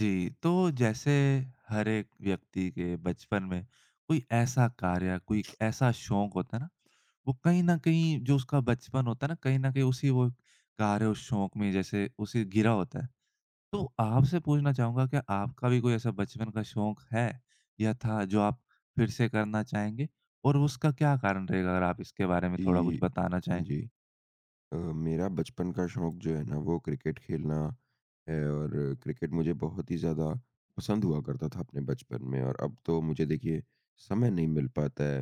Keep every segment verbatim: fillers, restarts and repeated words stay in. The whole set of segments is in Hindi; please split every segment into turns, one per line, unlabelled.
जी, तो जैसे हर एक व्यक्ति के बचपन में कोई ऐसा कार्य, कोई एक ऐसा शौक होता है ना, वो कहीं न कहीं जो उसका बचपन होता है ना, कहीं न कहीं उसी वो कार्य, उस शौक में जैसे उसे घिरा होता है। तो आपसे पूछना चाहूँगा क्या आपका भी कोई ऐसा बचपन का शौक है या था जो आप फिर से करना चाहेंगे? और उसका क्या कारण रहेगा अगर आप इसके बारे में थोड़ा कुछ
जी,
बताना
हाँ
चाहें?
जी। अ, मेरा बचपन का शौक जो है ना वो क्रिकेट खेलना है। और क्रिकेट मुझे बहुत ही ज़्यादा पसंद हुआ करता था अपने बचपन में, और अब तो मुझे देखिए समय नहीं मिल पाता है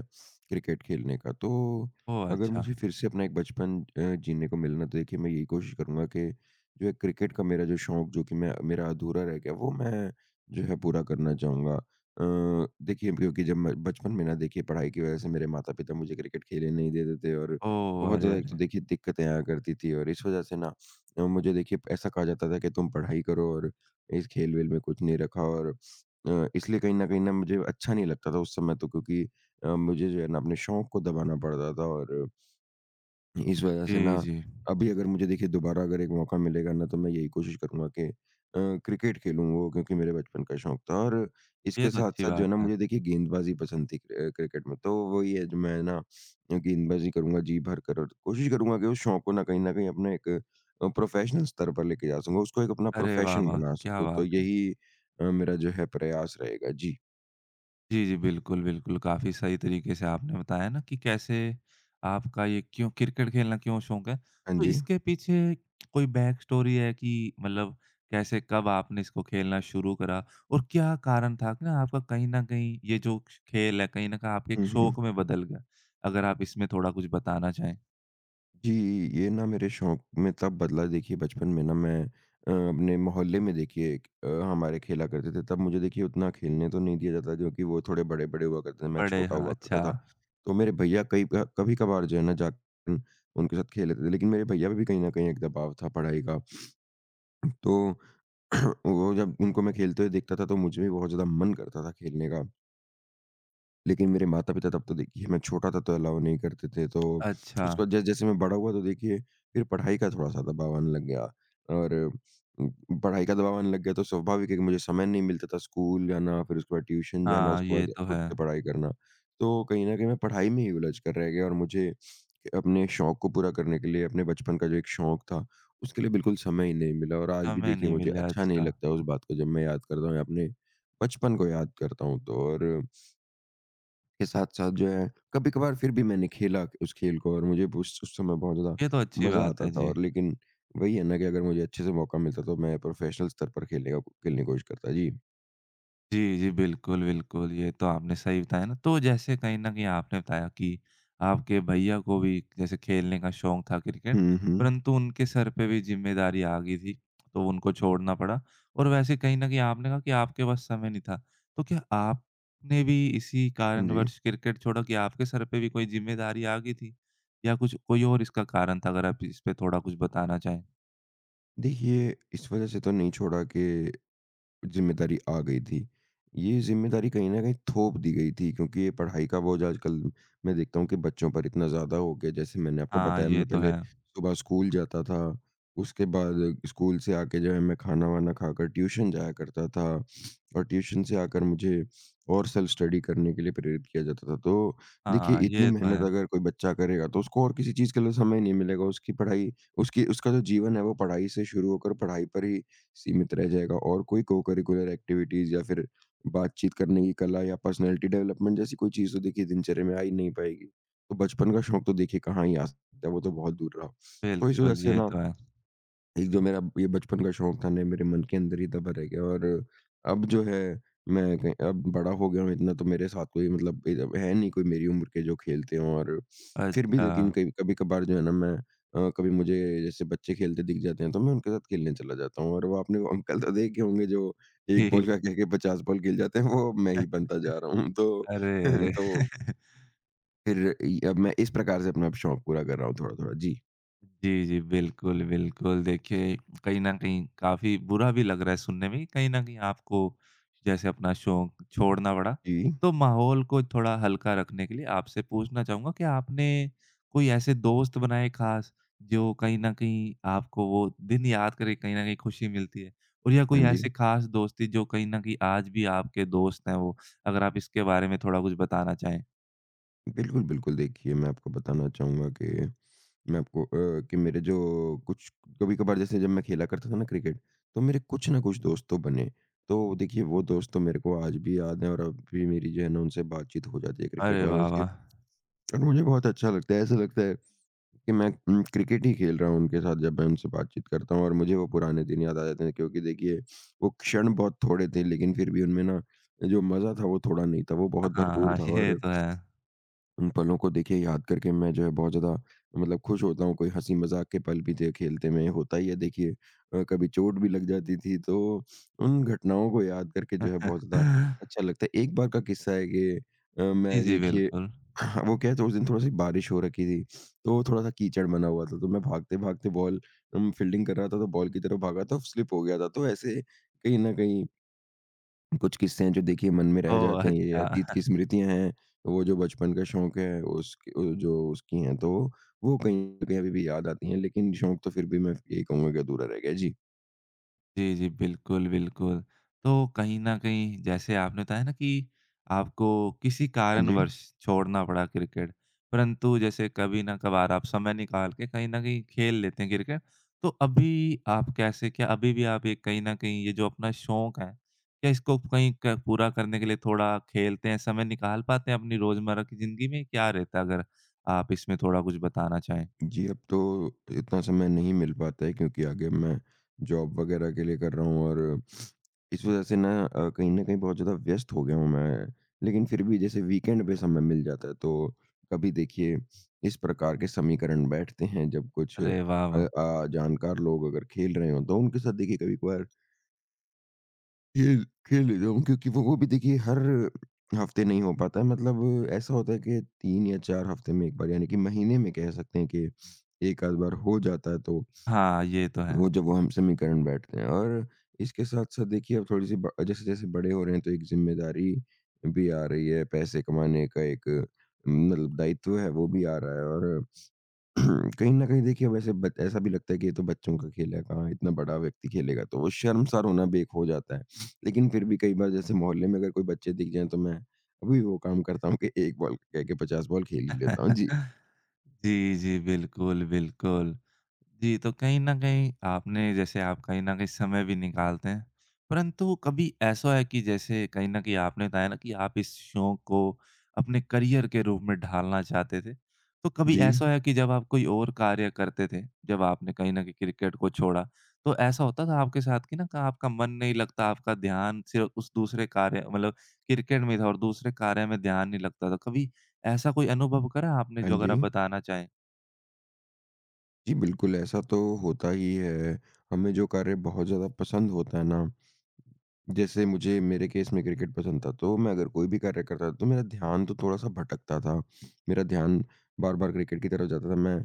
क्रिकेट खेलने का। तो
ओह!
अगर
अच्छा।
मुझे फिर से अपना एक बचपन अ, जीने को मिलना, तो देखिए मैं यही कोशिश करूँगा कि जो है क्रिकेट का मेरा जो शौक जो कि मैं मेरा अधूरा रह गया, वो मैं जो है पूरा करना चाहूँगा। अ, देखिए, क्योंकि जब मैं बचपन में ना देखिए, पढ़ाई की वज़ह से मेरे माता-पिता मुझे क्रिकेट खेलने नहीं देते थे, और
ओह!
बहुत
अरे,
ज़्यादा एक तो
अरे!
देखिए दिक्कतें आया करती थी, और इस वज़ह से ना अ, मुझे देखिए ऐसा कहा जाता था कि तुम पढ़ाई करो, और इस खेल-वेल में कुछ नहीं रखा, और अ, इसलिए कहीं न कहीं ना मुझे अच्छा नहीं लगता था उस समय तो, क्योंकि अ, मुझे जो है ना अपने शौक को दबाना पड़ता था। और इस वजह से
जी,
ना
जी।
अभी अगर मुझे देखिए दोबारा अगर एक मौका मिलेगा ना, तो मैं यही कोशिश करूँगा कि अ, क्रिकेट खेलूँ, वो क्योंकि मेरे बचपन का शौक था। और
ये
इसके
तो अच्छी
साथ-साथ जो
बात
है ना
है।
मुझे देखिए गेंदबाज़ी पसंद थी क्र क्रिकेट में। तो वही है जो मैं ना गेंदबाज़ी करूँगा जी भरकर, और कोशिश करूँगा कि उस शौक को ना कहीं न कहीं अपने एक अ, प्रोफ़ेशनल स्तर पर लेके जा सकूँ, उसको एक अपना
अरे वाह,
प्रोफ़ेशन
वाह!
बना
क्या
सकूँ। तो
बात है।
यही अ, मेरा जो है प्रयास रहेगा। जी।
जी, जी। बिल्कुल, बिल्कुल। काफ़ी सही तरीके से आपने बताया ना कि कैसे आपका ये क्यों क्रिकेट खेलना क्यों शौक है।
हाँ
तो
जी।
इसके पीछे कोई बैक स्टोरी है कि मतलब कैसे कब आपने इसको खेलना शुरू करा और क्या कारण था कि ना आपका कहीं न कहीं ये जो खेल है कहीं न कहीं आपके एक
हुँ, हुँ।
शौक में बदल गया? अगर आप इसमें थोड़ा कुछ बताना चाहें?
जी, ये ना मेरे शौक में तब बदला। देखिए, बचपन में ना मैं अ, अपने मोहल्ले में देखिए एक अ, हमारे खेला करते थे, तब मुझे देखिए उतना खेलने तो नहीं दिया जाता, क्योंकि वो थोड़े बड़े-बड़े हुआ करते थे, मैं
बड़े
छोटा
हाँ,
हुआ
अच्छा।
करता था। तो मेरे भैया कई क कभी-कभार जो है ना जाकर उनके साथ खेल लेते थे, लेकिन मेरे भैया पे भी कहीं न कहीं एक दबाव था पढ़ाई का। तो वो जब उनको मैं खेलते हुए देखता था, तो मुझे भी बहुत ज़्यादा मन करता था खेलने का। लेकिन मेरे माता-पिता तब तो देखिए, मैं छोटा था तो अलाउ नहीं करते थे, तो
अच्छा।
उसके बाद जै जैसे मैं बड़ा हुआ तो देखिए फिर पढ़ाई का थोड़ा-सा दबाव आने लग गया। और उम, पढ़ाई का दबाव आने लग गया, तो स्वाभाविक है कि मुझे समय नहीं मिलता था स्कूल जाना, फिर उसके बाद ट्यूशन जाना,
हाँ,
उसके
ये
बाद
तो
खुद
है।
से पढ़ाई करना। तो कहीं न कहीं मैं पढ़ाई में ही उलझ कर रह गया, और मुझे अपने शौक को पूरा करने के लिए अपने बचपन का जो एक शौक था, उसके लिए बिल्कुल समय ही नहीं मिला। और आज भी
समय
देखिए
नहीं
मुझे
मिला,
अच्छा नहीं
अच्छा।
लगता उस बात को जब मैं याद करता हूँ या अपने बचपन को याद करता हूँ तो। और के साथ-साथ जो है कभी-कभार फिर भी मैंने खेला उस खेल को, और मुझे उस उस समय बहुत ज़्यादा
ये तो अच्छी
मज़ा
बात
आता
है।
था।
जी।
और लेकिन वही है ना कि अगर मुझे अच्छे से मौका मिलता तो मैं प्रोफ़ेशनल स्तर पर खेलने का खेलने की कोशिश करता। जी।
जी, जी। बिल्कुल, बिल्कुल। ये तो आपने सही बताया ना। तो जैसे कहीं न कहीं आपने बताया कि आपके भैया को भी जैसे खेलने का शौक था क्रिकेट,
हुँ, हुँ।
परंतु उनके सर पे भी ज़िम्मेदारी आ गई थी, तो उनको छोड़ना पड़ा और वैसे कहीं न कहीं आपने कहा कि आपके पास समय नहीं था। तो क्या आपने भी इसी
हाँ जी।
कारणवश क्रिकेट छोड़ा कि आपके सर पे भी कोई ज़िम्मेदारी आ गई थी? या कुछ कोई और इसका कारण था? अगर आप इस पे थोड़ा कुछ बताना चाहें।
देखिए, इस वज़ह से तो नहीं छोड़ा कि ज़िम्मेदारी आ गई थी। ये ज़िम्मेदारी कहीं न कहीं थोप दी गई थी, क्योंकि ये पढ़ाई का बोझ आजकल मैं देखता हूँ कि बच्चों पर इतना ज़्यादा हो गया है। जैसे मैंने आपको
हाँ,
बताया,
ये
मैं
तो है।
पहले सुबह स्कूल जाता था, उसके बाद स्कूल से आके जो है मैं खाना-वाना खाकर ट्यूशन जाया करता था, और ट्यूशन से आकर मुझे और सेल्फ स्टडी करने के लिए प्रेरित किया जाता था। तो देखिए
हाँ,
इतनी
ये तो
मेहनत
है।
अगर कोई बच्चा करेगा, तो उसको और किसी चीज़ के लिए समय नहीं मिलेगा। उसकी पढ़ाई, उसकी उसका जो जीवन है वो पढ़ाई से शुरू होकर पढ़ाई पर ही सीमित रह जाएगा, और कोई को-करिकुलर एक्टिविटीज़ या फिर बातचीत करने की कला या पर्सनैलिटी डेवलपमेंट जैसी कोई चीज़ तो देखिए दिनचर्या में आ ही नहीं पाएगी। तो बचपन का शौक तो देखिए कहाँ ही आ सकता है, वो तो बहुत दूर रहा। तो इस वजह
बिल्कुल,
से
ये
ना
तो है।
एक जो मेरा ये बचपन का शौक था ना, ये मेरे मन के अंदर ही दबा रह गया। और अब जो है मैं कहीं अब बड़ा हो गया हूँ इतना, तो मेरे साथ कोई मतलब इधर है नहीं कोई मेरी उम्र के जो खेलते हों। और फिर भी
अच्छा।
लेकिन कभी कभी-कभार जो है ना मैं अ, कभी मुझे जैसे बच्चे खेलते दिख जाते हैं, तो मैं उनके साथ खेलने चला जाता हूँ। और वो आपने वो अंकल तो देखे होंगे जो एक
जी,
बॉल का कह के पचास बॉल खेल जाते हैं, वो मैं ही बनता जा रहा हूँ। तो
अरे, अरे!
तो फिर इ अब मैं इस प्रकार से अपना शौक पूरा कर रहा हूँ थोड़ा-थोड़ा। जी।
जी, जी, बिल्कुल, बिल्कुल। देखिए, कहीं न कहीं काफ़ी बुरा भी लग रहा है सुनने में, कहीं न कहीं आपको जैसे अपना शौक छोड़ना पड़ा।
जी।
तो माहौल को थोड़ा हल्का रखने के लिए आपसे पूछना चाहूँगा कि आपने कोई ऐसे दोस्त बनाए ख़ास, जो कहीं न कहीं आपको वो दिन याद करके कहीं न कहीं खुशी मिलती है? और या कोई
हाँ जी।
ऐसी ख़ास दोस्ती जो कहीं न कहीं आज भी आपके दोस्त हैं वो? अगर आप इसके बारे में थोड़ा कुछ बताना चाहें।
बिल्कुल, बिल्कुल। देखिए, मैं आपको बताना चाहूँगा कि मैं आपको अ, कि मेरे जो कुछ कभी-कभार जैसे जब मैं खेला करता था ना क्रिकेट, तो मेरे कुछ ना कुछ दोस्त तो बने। तो देखिए, वो दोस्त तो मेरे को आज भी याद हैं, और अब भी मेरी जो है ना उनसे बातचीत हो जाती है क्रिकेट
अरे
वालों
वाह,
से,
वाह!
और मुझे बहुत अच्छा लगता है। ऐसा लगता है कि मैं उम, क्रिकेट ही खेल रहा हूँ उनके साथ जब मैं उनसे बातचीत करता हूँ, और मुझे वो पुराने दिन याद आ जाते हैं, क्योंकि देखिए, वो क्षण बहुत थोड़े थे लेकिन फिर भी उनमें ना जो मज़ा था वो थोड़ा नहीं था, वो बहुत भरपूर
हाँ,
था।
ये
और
तो है।
उन पलों को देखिए याद करके मैं जो है बहुत ज़्यादा मतलब खुश होता हूँ, कोई हँसी-मज़ाक के पल भी थे, खेलते में होता ही है देखिए, अ, कभी चोट भी लग जाती थी, तो उन घटनाओं को याद करके जो है बहुत ज़्यादा अच्छा लगता है। एक बार का किस्सा है कि अ,
जी,
मैं
जी,
देखिए
बिल्कुल।
वो क्या है, तो उस दिन थोड़ा-सी बारिश हो रखी थी, तो थोड़ा-सा कीचड़ बना हुआ था, तो मैं भागते-भागते बॉल उम, फील्डिंग कर रहा था, तो बॉल की तरफ भागा तो स्लिप हो गया था। तो ऐसे कहीं न कहीं कुछ किस्से हैं जो देखिए मन में रह
ओह!
जाते हैं, ये अतीत की
अच्छा।
स्मृतियाँ हैं, वो जो बचपन का शौक है उसकी अ, जो उसकी हैं, तो वो कहीं न कहीं अभी भी याद आती हैं। लेकिन शौक तो फिर भी मैं यही कहूँगा कि अधूरा रह गया है। जी।
जी, जी। बिल्कुल, बिल्कुल। तो कहीं न कहीं जैसे आपने बताया ना कि आपको किसी
हाँ जी।
कारणवश छोड़ना पड़ा क्रिकेट, परंतु जैसे कभी ना कभार आप समय निकाल के कहीं न कहीं खेल लेते हैं क्रिकेट। तो अभी आप कैसे क्या अभी भी आप ये कहीं न कहीं ये जो अपना शौक है, क्या इसको कहीं क पूरा करने के लिए थोड़ा खेलते हैं, समय निकाल पाते हैं अपनी रोज़मर्रा की ज़िंदगी में? क्या रहता है अगर आप इसमें थोड़ा कुछ बताना चाहें?
जी, अब तो इतना समय नहीं मिल पाता है, क्योंकि आगे मैं जॉब वगैरह के लिए कर रहा हूँ, और इस वज़ह से ना अ, कहीं न कहीं बहुत ज़्यादा व्यस्त हो गया हूँ मैं। लेकिन फिर भी जैसे वीकेंड पे समय मिल जाता है तो कभी देखिए इस प्रकार के समीकरण बैठते हैं, जब कुछ अ
अरे वाह, वाह!
अ, जानकार लोग अगर खेल रहे हों, तो उनके साथ देखिए कभी-कभार खेल खेल लेता हूँ, क्योंकि वो वो भी देखिए हर हफ्ते नहीं हो पाता है। मतलब ऐसा होता है कि तीन या चार हफ्ते में एक बार, यानी कि महीने में कह सकते हैं कि एक आध बार हो जाता है, तो
हाँ, ये तो है।
वो जब वो हम समीकरण बैठते हैं। और इसके साथ-साथ देखिए अब थोड़ी-सी ब जैसे-जैसे बड़े हो रहे हैं, तो एक ज़िम्मेदारी भी आ रही है, पैसे कमाने का एक अम, मतलब दायित्व है, वो भी आ रहा है। और कहीं न कहीं देखिए वैसे बत ऐसा भी लगता है कि ये तो बच्चों का खेल है, कहाँ इतना बड़ा व्यक्ति खेलेगा, तो वो शर्मसार होना भी एक हो जाता है। लेकिन फिर भी कई बार जैसे मोहल्ले में अगर कोई बच्चे दिख जाएँ, तो मैं अभी वो काम करता हूँ कि एक बॉल कह के पचास बॉल खेल ही लेता हूँ। जी।
जी, जी। बिल्कुल, बिल्कुल। जी, तो कहीं न कहीं आपने जैसे आप कहीं न कहीं समय भी निकालते हैं। परंतु कभी ऐसा है कि जैसे कहीं न कहीं आपने बताया ना कि आप इस शौक को अपने करियर के रूप में ढालना चाहते थे। तो कभी
जी।
ऐसा है कि जब आप कोई और कार्य करते थे, जब आपने कहीं न कहीं क्रिकेट को छोड़ा, तो ऐसा होता था आपके साथ कि ना क आपका मन नहीं लगता, आपका ध्यान सिर्फ़ उस दूसरे कार्य मतलब क्रिकेट में था और दूसरे कार्य में ध्यान नहीं लगता था। कभी ऐसा कोई अनुभव करा आपने
हाँ
जो अगर आप
जी।
बताना चाहें?
जी, बिल्कुल, ऐसा तो होता ही है। हमें जो कार्य बहुत ज़्यादा पसंद होता है ना, जैसे मुझे मेरे केस में क्रिकेट पसंद था, तो मैं अगर कोई भी कार्य करता था, तो मेरा ध्यान तो थोड़ा-सा भटकता था। मेरा ध्यान बार-बार क्रिकेट की तरफ जाता था। मैं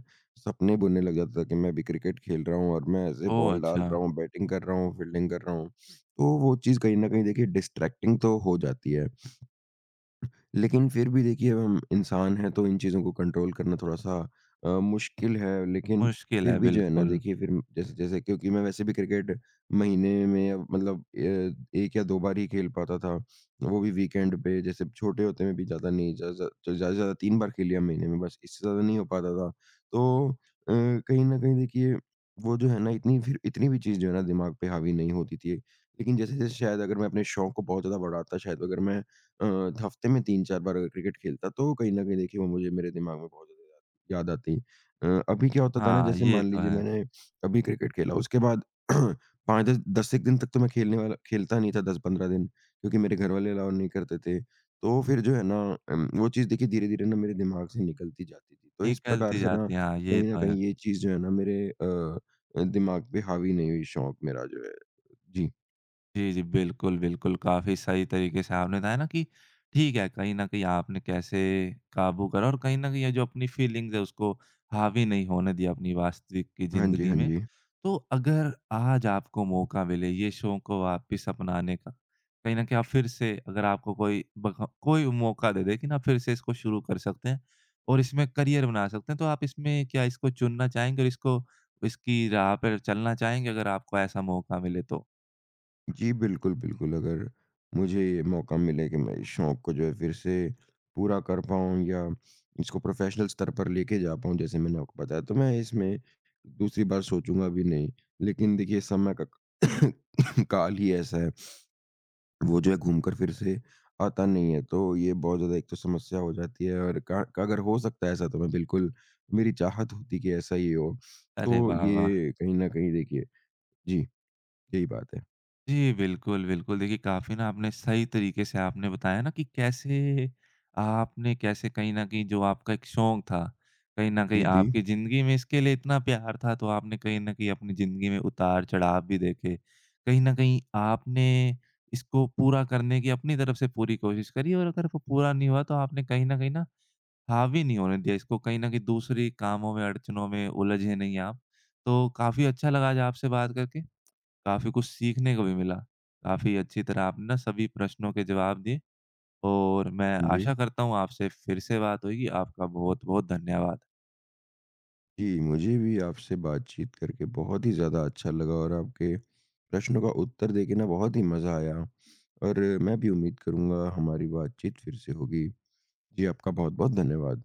सपने बुनने लग जाता था कि मैं अभी क्रिकेट खेल रहा हूँ, और मैं ऐसे
ओह!
बॉल डाल
अच्छा,
रहा हूँ, बैटिंग कर रहा हूँ, फील्डिंग कर रहा हूँ। तो वो चीज़ कहीं न कहीं देखिए डिस्ट्रैक्टिंग तो हो जाती है। लेकिन फिर भी देखिए अब हम इंसान हैं, तो इन चीज़ों को कंट्रोल करना थोड़ा-सा अ, मुश्किल है। लेकिन
मुश्किल
फिर
है
भी जो है ना
बिल्कुल।
देखिए फिर जैसे-जैसे, क्योंकि मैं वैसे भी क्रिकेट महीने में अब मतलब अ, एक या दो बार ही खेल पाता था। वो भी वीकेंड पे, जैसे छोटे होते में भी ज़्यादा नहीं, ज़्यादा ज़्यादा से ज़्यादा तीन बार खेल लिया महीने में, बस इससे ज़्यादा नहीं हो पाता था। तो अ, कहीं न कहीं देखिए वो जो है ना इतनी फिर इतनी भी चीज़ जो है ना दिमाग पे हावी नहीं होती थी। लेकिन जैसे-जैसे शायद अगर मैं अपने शौक को बहुत ज़्यादा बढ़ाता, शायद अगर मैं अ, हफ्ते में तीन चार बार अगर क्रिकेट खेलता, तो कहीं न कहीं देखिए वो मुझे मेरे दिमाग में बहुत ज़्यादा याद याद आती। अ, अभी क्या होता था ना,
हाँ,
जैसे
ये
मान
तो
लीजिए
है।
मैंने अभी क्रिकेट खेला, उसके बाद पाँच दस दस एक दिन तक तो मैं खेलने वाला खेलता नहीं था, दस पंद्रह दिन, क्योंकि मेरे घर वाले अलाउ नहीं करते थे। तो फिर जो है ना अम, वो चीज़ देखिए धीरे-धीरे ना मेरे दिमाग से निकलती जाती थी। तो इस प्रकार
निकलती
से ना
जाती है, हाँ, ये
कहीं न
तो है।
कहीं ये चीज़ जो है ना मेरे अ, दिमाग पे हावी नहीं हुई शौक मेरा जो है। जी।
जी, जी। बिल्कुल, बिल्कुल। काफ़ी सही तरीके से आपने बताया ना कि ठीक है, कहीं न कहीं आपने कैसे काबू करा और कहीं न कहीं ये जो अपनी फ़ीलिंग्स है उसको हावी नहीं होने दिया अपनी वास्तविक की
हाँ जी,
ज़िंदगी
हाँ
में।
जी।
तो अगर आज आपको मौका मिले ये शौक को वापस अपनाने का, कहीं न कहीं आप फिर से अगर आपको कोई बख कोई मौका दे दे कि ना आप फिर से इसको शुरू कर सकते हैं और इसमें करियर बना सकते हैं, तो आप इसमें क्या इसको चुनना चाहेंगे और इसको इसकी राह पर चलना चाहेंगे अगर आपको ऐसा मौका मिले तो?
जी, बिल्कुल, बिल्कुल। अगर मुझे ये मौका मिले कि मैं इस शौक को जो है फिर से पूरा कर पाऊँ या इसको प्रोफ़ेशनल स्तर पर लेके जा पाऊँ जैसे मैंने आपको बताया, तो मैं इसमें दूसरी बार सोचूँगा भी नहीं। लेकिन देखिए समय का काल ही ऐसा है, वो जो है घूम कर फिर से आता नहीं है। तो ये बहुत ज़्यादा एक तो समस्या हो जाती है, और का का अगर हो सकता है ऐसा, तो मैं बिल्कुल मेरी चाहत होती कि ऐसा ही हो।
अरे
तो
वाह, वाह!
ये कहीं न कहीं देखिए जी, यही बात है।
जी, बिल्कुल, बिल्कुल। देखिए, काफ़ी ना आपने सही तरीके से आपने बताया ना कि कैसे आपने कैसे कहीं न कहीं जो आपका एक शौक था, कहीं न कहीं
जी, जी।
आपकी ज़िंदगी में इसके लिए इतना प्यार था, तो आपने कहीं न कहीं अपनी ज़िंदगी में उतार-चढ़ाव भी देखे। कहीं न कहीं आपने इसको पूरा करने की अपनी तरफ से पूरी कोशिश करी और अगर वो पूरा नहीं हुआ, तो आपने कहीं न कहीं ना हावी नहीं होने दिया इसको, कहीं न कहीं दूसरे कामों में, अड़चनों में उलझे नहीं आप। तो काफ़ी अच्छा लगा आज आपसे बात करके। काफ़ी कुछ सीखने को भी मिला। काफ़ी अच्छी तरह आपने ना सभी प्रश्नों के जवाब दिए और मैं
हाँ जी।
आशा करता हूँ आपसे फिर से बात होगी। आपका बहुत-बहुत धन्यवाद।
जी, मुझे भी आपसे बातचीत करके बहुत ही ज़्यादा अच्छा लगा, और आपके प्रश्नों का उत्तर देके ना बहुत ही मज़ा आया, और मैं भी उम्मीद करूँगा हमारी बातचीत फिर से होगी। जी, आपका बहुत-बहुत धन्यवाद।